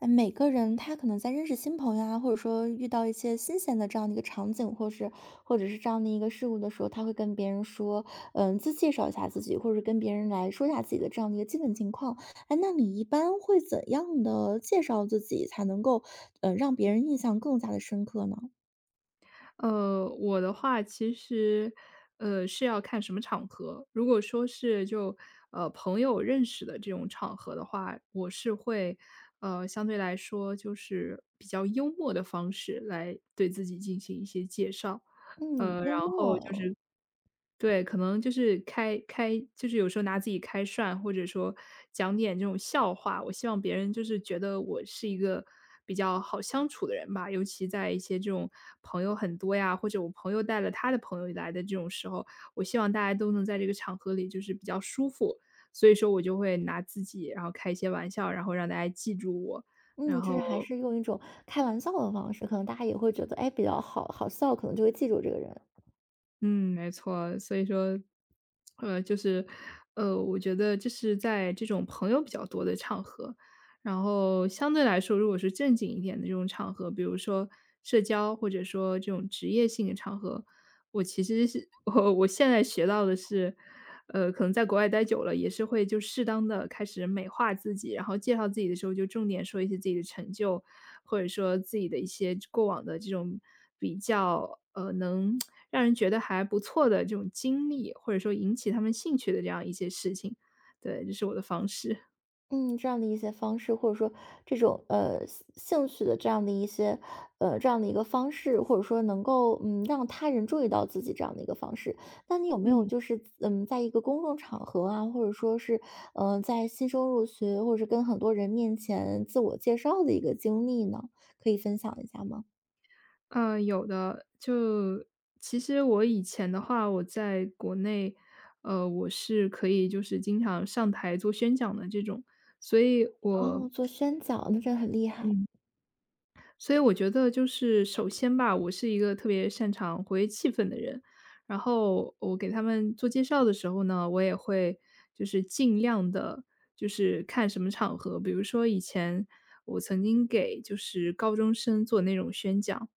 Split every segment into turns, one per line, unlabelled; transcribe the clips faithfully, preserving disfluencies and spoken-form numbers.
呃，每个人他可能在认识新朋友啊，或者说遇到一些新鲜的这样的一个场景，或是或者是这样的一个事物的时候，他会跟别人说，嗯，自介绍一下自己，或者是跟别人来说一下自己的这样的一个基本情况。哎，那你一般会怎样的介绍自己，才能够，嗯，让别人印象更加的深刻呢？
呃，我的话其实，呃，是要看什么场合。如果说是就呃朋友认识的这种场合的话，我是会呃相对来说就是比较幽默的方式来对自己进行一些介绍，
嗯，
呃，
幽
然后就
默。
是对，可能就是开开就是有时候拿自己开涮，或者说讲点这种笑话，我希望别人就是觉得我是一个比较好相处的人吧。尤其在一些这种朋友很多呀，或者我朋友带了他的朋友来的这种时候，我希望大家都能在这个场合里就是比较舒服。所以说我就会拿自己，然后开一些玩笑，然后让大家记住我，然
嗯，就是还
后
是用一种开玩笑的方式，可能大家也会觉得，哎，比较好好笑，可能就会记住这个人。
嗯，没错，所以说，呃，就是，呃，我觉得就是在这种朋友比较多的场合，然后相对来说，如果是正经一点的这种场合，比如说社交或者说这种职业性的场合，我其实是我我现在学到的是，呃，可能在国外待久了，也是会就适当的开始美化自己，然后介绍自己的时候就重点说一些自己的成就，或者说自己的一些过往的这种比较，呃，能让人觉得还不错的这种经历，或者说引起他们兴趣的这样一些事情。对，这是我的方式，
嗯，这样的一些方式，或者说这种呃兴兴趣的这样的一些呃这样的一个方式，或者说能够嗯让他人注意到自己这样的一个方式。那你有没有
嗯。
就是嗯在一个公众场合啊，或者说是嗯、呃在新生入学，或者是跟很多人面前自我介绍的一个经历呢？可以分享一下吗？
嗯，有的。就其实我以前的话，我在国内，呃，我是可以就是经常上台做宣讲的这种，所以我
哦，做宣讲，那真的很厉害。
嗯，所以我觉得就是首先吧，我是一个特别擅长活跃气氛的人，然后我给他们做介绍的时候呢，我也会就是尽量的，就是看什么场合，比如说以前我曾经给就是高中生做那种宣讲，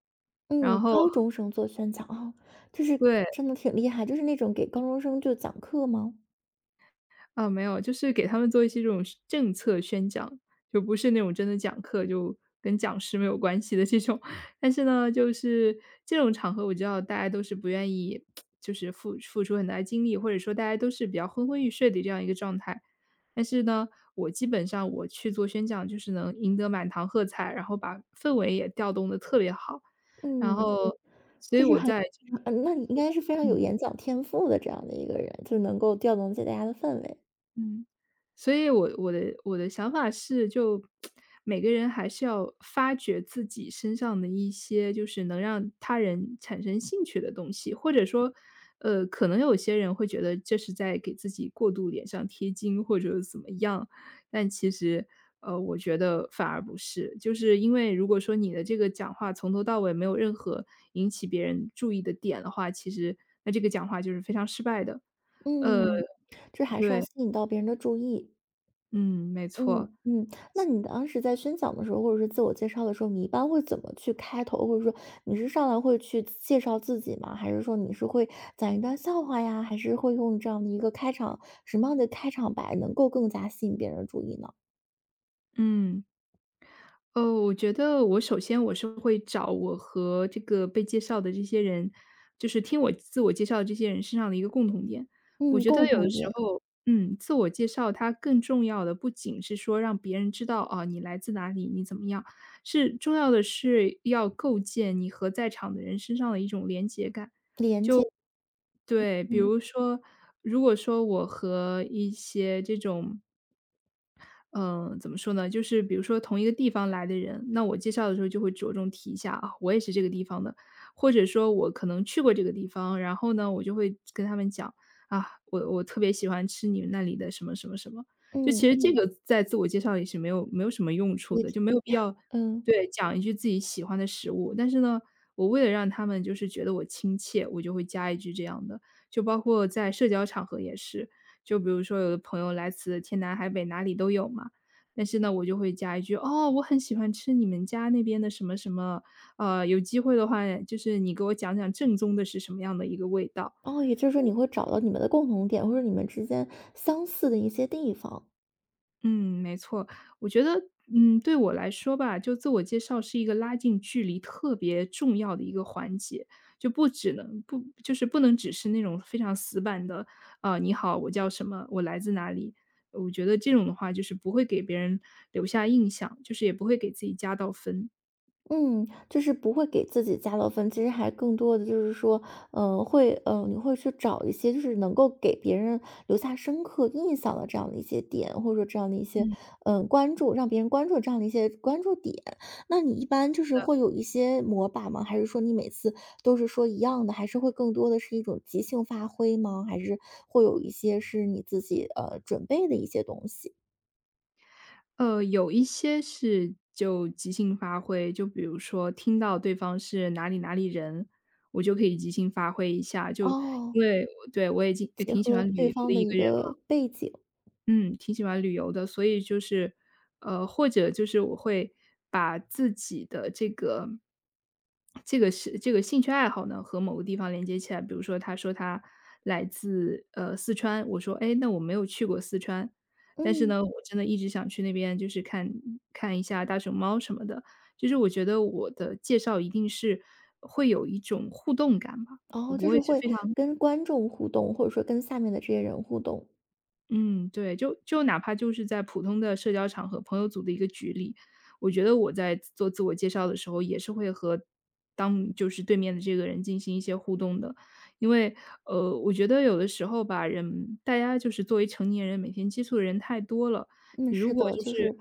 然
嗯，
后
高中生做宣讲啊。这是
对。
真的挺厉害，就是那种给高中生就讲课吗？
啊，没有，就是给他们做一些这种政策宣讲，就不是那种真的讲课，就跟讲师没有关系的这种。但是呢，就是这种场合，我知道大家都是不愿意，就是付付出很大的精力，或者说大家都是比较昏昏欲睡的这样一个状态。但是呢，我基本上我去做宣讲，就是能赢得满堂喝彩，然后把氛围也调动的特别好。然
嗯，
后，所以
就是
我
很
在
嗯，那你应该是非常
嗯
有演讲天赋的这样的一个人，就能够调动起大家的氛围。
嗯，所以我我的我的想法是，就每个人还是要发掘自己身上的一些，就是能让他人产生兴趣的东西，或者说，呃，可能有些人会觉得这是在给自己过度脸上贴金或者怎么样，但其实，呃，我觉得反而不是，就是因为如果说你的这个讲话从头到尾没有任何引起别人注意的点的话，其实那这个讲话就是非常失败的，呃，
嗯，这还是要
对。
吸引到别人的注意。
嗯，没
嗯
错。
嗯，那你当时在宣讲的时候，或者是自我介绍的时候，你一般会怎么去开头？或者说你是上来会去介绍自己吗？还是说你是会讲一段笑话呀？还是会用这样的一个开场，什么样的开场白能够更加吸引别人的注意呢？
嗯，哦，我觉得我首先我是会找我和这个被介绍的这些人，就是听我自我介绍的这些人身上的一个共同点。我
嗯，
觉得
共
有的
同
时
点。
候，嗯，自我介绍它更重要的不仅是说让别人知道啊，你来自哪里，你怎么样，是重要的是要构建你和在场的人身上的一种连结感。就对，比
嗯
如说，如果说我和一些这种嗯，呃怎么说呢？就是比如说同一个地方来的人，那我介绍的时候就会着重提一下啊，我也是这个地方的，或者说我可能去过这个地方，然后呢，我就会跟他们讲啊，我我特别喜欢吃你们那里的什么什么什么。就
嗯，
其实这嗯个在自我介绍里是没有没有什么用处
也
的，就没有必要
嗯。
对，讲一句自己喜欢的食物。但是呢，我为了让他们就是觉得我亲切，我就会加一句这样的，就包括在社交场合也是。就比如说有的朋友来自天南海北哪里都有嘛，但是呢，我就会加一句："哦，我很喜欢吃你们家那边的什么什么，呃，有机会的话，就是你给我讲讲正宗的是什么样的一个味道。"
哦，也就是说你会找到你们的共同点，或者你们之间相似的一些地方。
嗯，没错，我觉得，嗯，对我来说吧，就自我介绍是一个拉近距离特别重要的一个环节，就不只能不就是不能只是那种非常死板的，呃，你好，我叫什么，我来自哪里，我觉得这种的话就是不会给别人留下印象，就是也不会给自己加到分。
嗯，就是不会给自己加到分，其实还更多的就是说，嗯，会，嗯，你会去找一些就是能够给别人留下深刻印象的这样的一些点，或者说这样的一些，嗯、关注，让别人关注的这样的一些关注点。那你一般就是会有一些模板吗？还是说你每次都是说一样的？还是会更多的是一种即兴发挥吗？还是会有一些是你自己呃准备的一些东西？
呃，有一些是就即兴发挥，就比如说听到对方是哪里哪里人，我就可以即兴发挥一下，就
哦，
因为对，我也经也
结
挺喜
合
欢旅
对
游
方
的
的
一
一
个人。
个背景。
嗯，挺喜欢旅游的，所以就是，呃，或者就是我会把自己的这个这个是这个兴趣爱好呢，和某个地方连接起来。比如说，他说他来自呃四川，我说哎，那我没有去过四川，但是
嗯，
呢，我真的一直想去那边，就是看看一下大熊猫什么的。就是我觉得我的介绍一定是会有一种互动感吧，
然
我
后
不
就
会
是
是
会
非常
跟观众互动，或者说跟下面的这些人互动。
嗯，对，就就哪怕就是在普通的社交场合，朋友组的一个局里，我觉得我在做自我介绍的时候，也是会和当就是对面的这个人进行一些互动的。因为，呃，我觉得有的时候吧，人大家就是作为成年人，每天接触的人太多了，
嗯，
你如
是
果
的，
就
就是，
是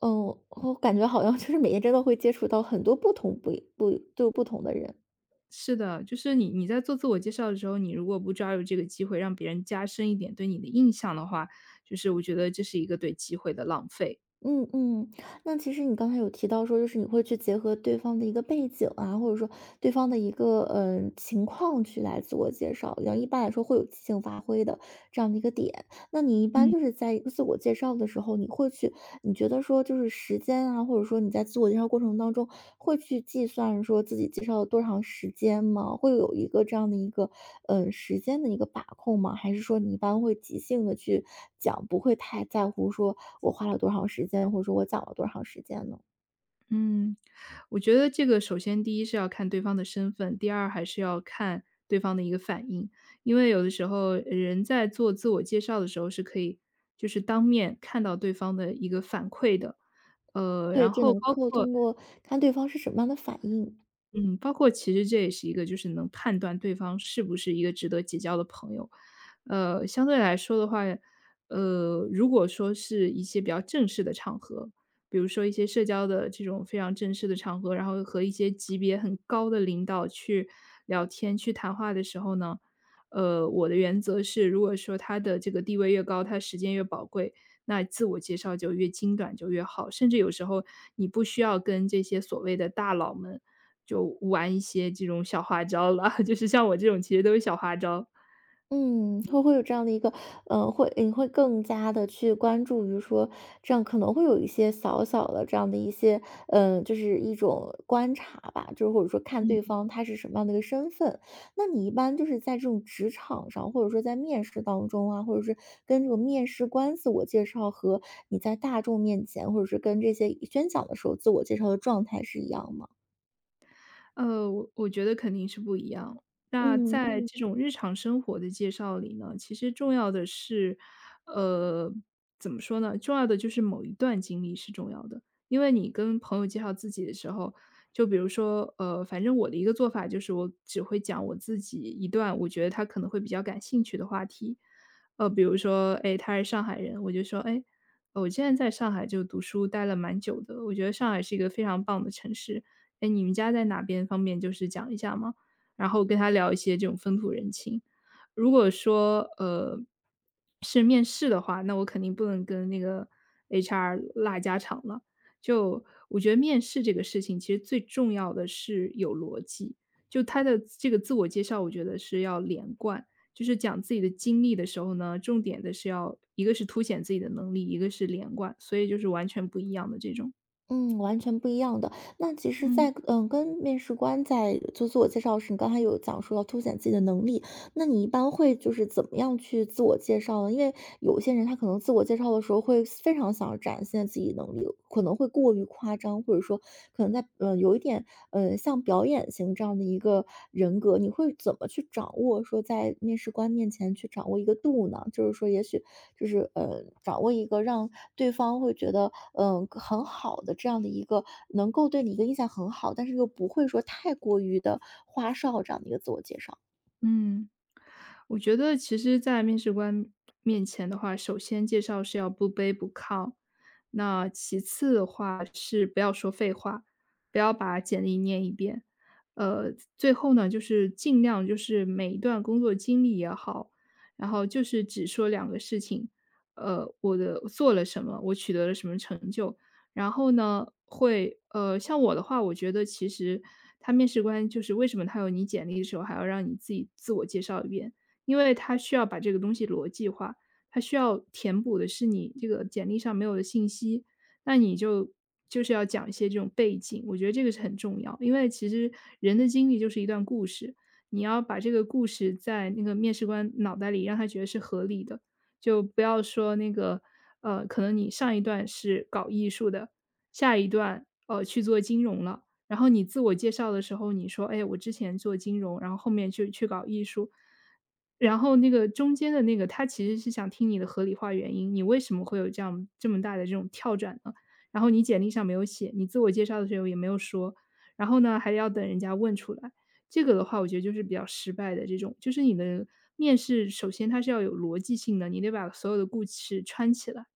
嗯，我感觉好像就是每天真的会接触到很多不同不不就不同的人。
是的，就是你你在做自我介绍的时候，你如果不抓住这个机会，让别人加深一点对你的印象的话，就是我觉得这是一个对机会的浪费。
嗯嗯，那其实你刚才有提到说，就是你会去结合对方的一个背景啊，或者说对方的一个嗯呃情况去来自我介绍，然后一般来说会有即兴发挥的这样的一个点。那你一般
嗯。
就是在自我介绍的时候，你会去你觉得说就是时间啊，或者说你在自我介绍过程当中，会去计算说自己介绍了多长时间吗？会有一个这样的一个，嗯时间的一个把控吗？还是说你一般会即兴的去讲，不会太在乎说我花了多长时间，或者说我讲了多长时间呢？
嗯，我觉得这个首先第一是要看对方的身份，第二还是要看对方的一个反应。因为有的时候人在做自我介绍的时候是可以就是当面看到对方的一个反馈的。呃，
对，
然
只
后
能
包
够
括
通过看对方是什么样的反应。
嗯，包括其实这也是一个就是能判断对方是不是一个值得结交的朋友。呃，相对来说的话，呃，如果说是一些比较正式的场合，比如说一些社交的这种非常正式的场合，然后和一些级别很高的领导去聊天、去谈话的时候呢，呃，我的原则是，如果说他的这个地位越高，他时间越宝贵，那自我介绍就越精短就越好。甚至有时候你不需要跟这些所谓的大佬们。就玩一些这种小花招了，就是像我这种其实都是小花招。
嗯，会会有这样的一个。嗯，会你会更加的去关注于说，这样可能会有一些小小的这样的一些，嗯，就是一种观察吧，就是或者说看对方他是什么样的一个身份。那你一般就是在这种职场上，或者说在面试当中啊，或者是跟这种面试官自我介绍和你在大众面前，或者是跟这些宣讲的时候自我介绍的状态是一样吗？
呃，我我觉得肯定是不一样。那
嗯。
在嗯这种日常生活的介绍里呢，其实重要的是，呃，怎么说呢？重要的就是某一段经历是重要的。因为你跟朋友介绍自己的时候，就比如说，呃，反正我的一个做法就是我只会讲我自己一段我觉得他可能会比较感兴趣的话题。呃，比如说，哎，他是上海人，我就说，哎，呃我现在在上海就读书待了蛮久的，我觉得上海是一个非常棒的城市。"哎，你们家在哪边？方便就是讲一下吗？"然后跟他聊一些这种风土人情。如果说，呃，是面试的话，那我肯定不能跟那个 H R 拉家常了。就我觉得面试这个事情，其实最重要的是有逻辑，就他的这个自我介绍，我觉得是要连贯。就是讲自己的经历的时候呢，重点的是要一个是凸显自己的能力，一个是连贯，所以就是完全不一样的这种。
嗯，完全不一样的。那其实
嗯。
在，嗯跟面试官在做自我介绍时，你刚才有讲说要凸显自己的能力。那你一般会就是怎么样去自我介绍呢？因为有些人他可能自我介绍的时候会非常想要展现自己能力，可能会过于夸张，或者说可能在嗯有一点嗯像表演型这样的一个人格，你会怎么去掌握说在面试官面前去掌握一个度呢？就是说，也许就是呃掌握一个让对方会觉得嗯、呃很好的这样的一个能够对你一个印象很好，但是又不会说太过于的花哨这样的一个自我介绍。
嗯，我觉得其实在面试官面前的话，首先介绍是要不卑不亢，那其次的话是不要说废话，不要把简历念一遍，呃，最后呢，就是尽量就是每一段工作经历也好，然后就是只说两个事情，呃，我的做了什么，我取得了什么成就，然后呢，会呃，像我的话，我觉得其实他面试官就是为什么他有你简历的时候还要让你自己自我介绍一遍，因为他需要把这个东西逻辑化，他需要填补的是你这个简历上没有的信息，那你就就是要讲一些这种背景，我觉得这个是很重要，因为其实人的经历就是一段故事，你要把这个故事在那个面试官脑袋里让他觉得是合理的。就不要说那个，呃，可能你上一段是搞艺术的，下一段，呃，去做金融了，然后你自我介绍的时候，你说：“哎，我之前做金融，然后后面就去搞艺术。”然后那个中间的那个，他其实是想听你的合理化原因，你为什么会有这样这么大的这种跳转呢？然后你简历上没有写，你自我介绍的时候也没有说，然后呢，还要等人家问出来。这个的话，我觉得就是比较失败的这种，就是你的面试，首先它是要有逻辑性的，你得把所有的故事穿起来。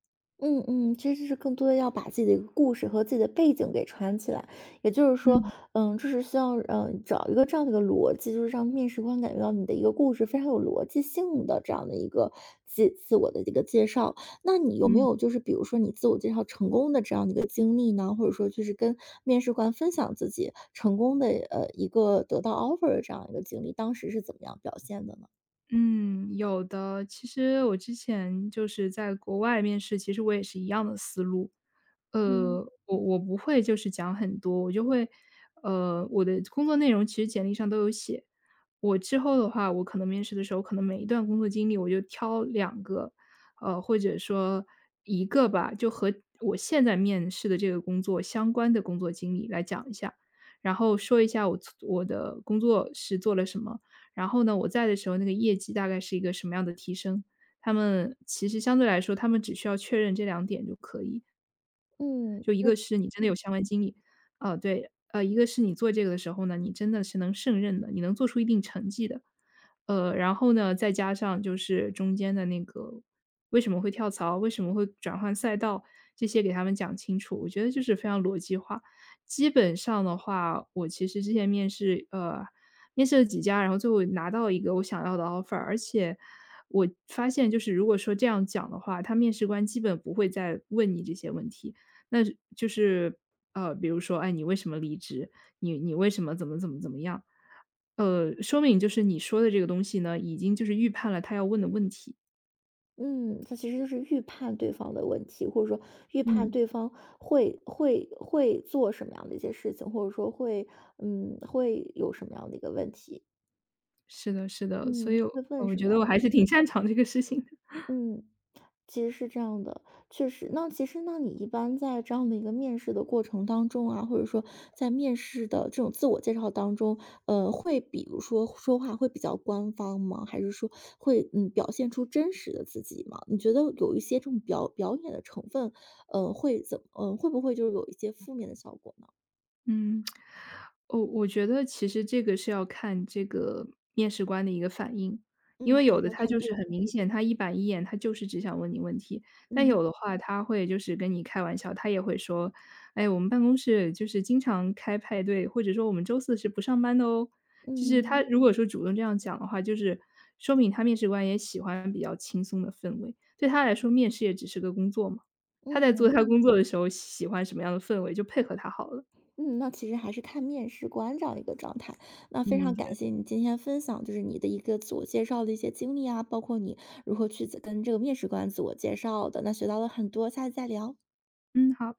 嗯嗯，其实是更多的要把自己的一个故事和自己的背景给串起来，也就是说，
嗯
嗯，这是需要嗯找一个这样的一个逻辑，就是让面试官感觉到你的一个故事非常有逻辑性的这样的一个自自我的一个介绍。那你有没
嗯。
有就是比如说你自我介绍成功的这样的一个经历呢？或者说就是跟面试官分享自己成功的呃一个得到 offer 的这样一个经历，当时是怎么样表现的呢？
嗯，有的。其实我之前就是在国外面试，其实我也是一样的思路。呃，
嗯。
我我不会就是讲很多，我就会，呃，我的工作内容其实简历上都有写。我之后的话，我可能面试的时候，可能每一段工作经历我就挑两个，呃，或者说一个吧，就和我现在面试的这个工作相关的工作经历来讲一下，然后说一下我我的工作是做了什么。然后呢，我在的时候那个业绩大概是一个什么样的提升。他们其实相对来说，他们只需要确认这两点就可以。
嗯
就一
就。
个是你真的有相关经历，呃，对，呃，一个是你做这个的时候呢，你真的是能胜任的，你能做出一定成绩的。呃，然后呢，再加上就是中间的那个为什么会跳槽，为什么会转换赛道，这些给他们讲清楚，我觉得就是非常逻辑化。基本上的话，我其实之前面试，呃，面试了几家，然后最后拿到一个我想要的 offer，而且我发现就是如果说这样讲的话，他面试官基本不会再问你这些问题，那就是，呃，比如说，哎，你为什么离职？你你为什么怎么怎么怎么样？呃，说明就是你说的这个东西呢，已经就是预判了他要问的问题。
嗯，它其实就是预判对方的问题，或者说预判
嗯。
对方会会会做什么样的一些事情，或者说会嗯会有什么样的一个问题。
是的，是的，所
嗯，
以我
会问
我
什么
觉得
样
我
的
还
问
是
题。
挺擅长这个事情的。
嗯，其实是这样的，确实。那其实那你一般在这样的一个面试的过程当中啊，或者说在面试的这种自我介绍当中，呃，会比如说说话会比较官方吗？还是说会嗯表现出真实的自己吗？你觉得有一些这种表表演的成分，呃，会怎么，呃，会不会就是有一些负面的效果呢？
嗯，我我觉得其实这个是要看这个面试官的一个反应，因
嗯，
为
还
有
是
的
要
他
看
就
对。
是很明显，他一板一眼，他就是只想问你问题；但
嗯
有的话，他会就是跟你开玩笑，他也会说：“哎，我们办公室就是经常开派对，或者说我们周四是不上班的哦。”就是他
嗯
如果说主动这样讲的话，就是说明他面试官也喜欢比较轻松的氛围，对他来说，面试也只是个工作嘛。他在做
嗯。
他工作的时候喜欢什么样的氛围，就配合他好了。
嗯，那其实还是看面试官这样一个状态。那非
嗯，
常
对。
感谢你今天分享，就是你的一个自我介绍的一些经历啊，包括你如何去跟这个面试官自我介绍的，那学到了很多，下次再聊。
嗯，好。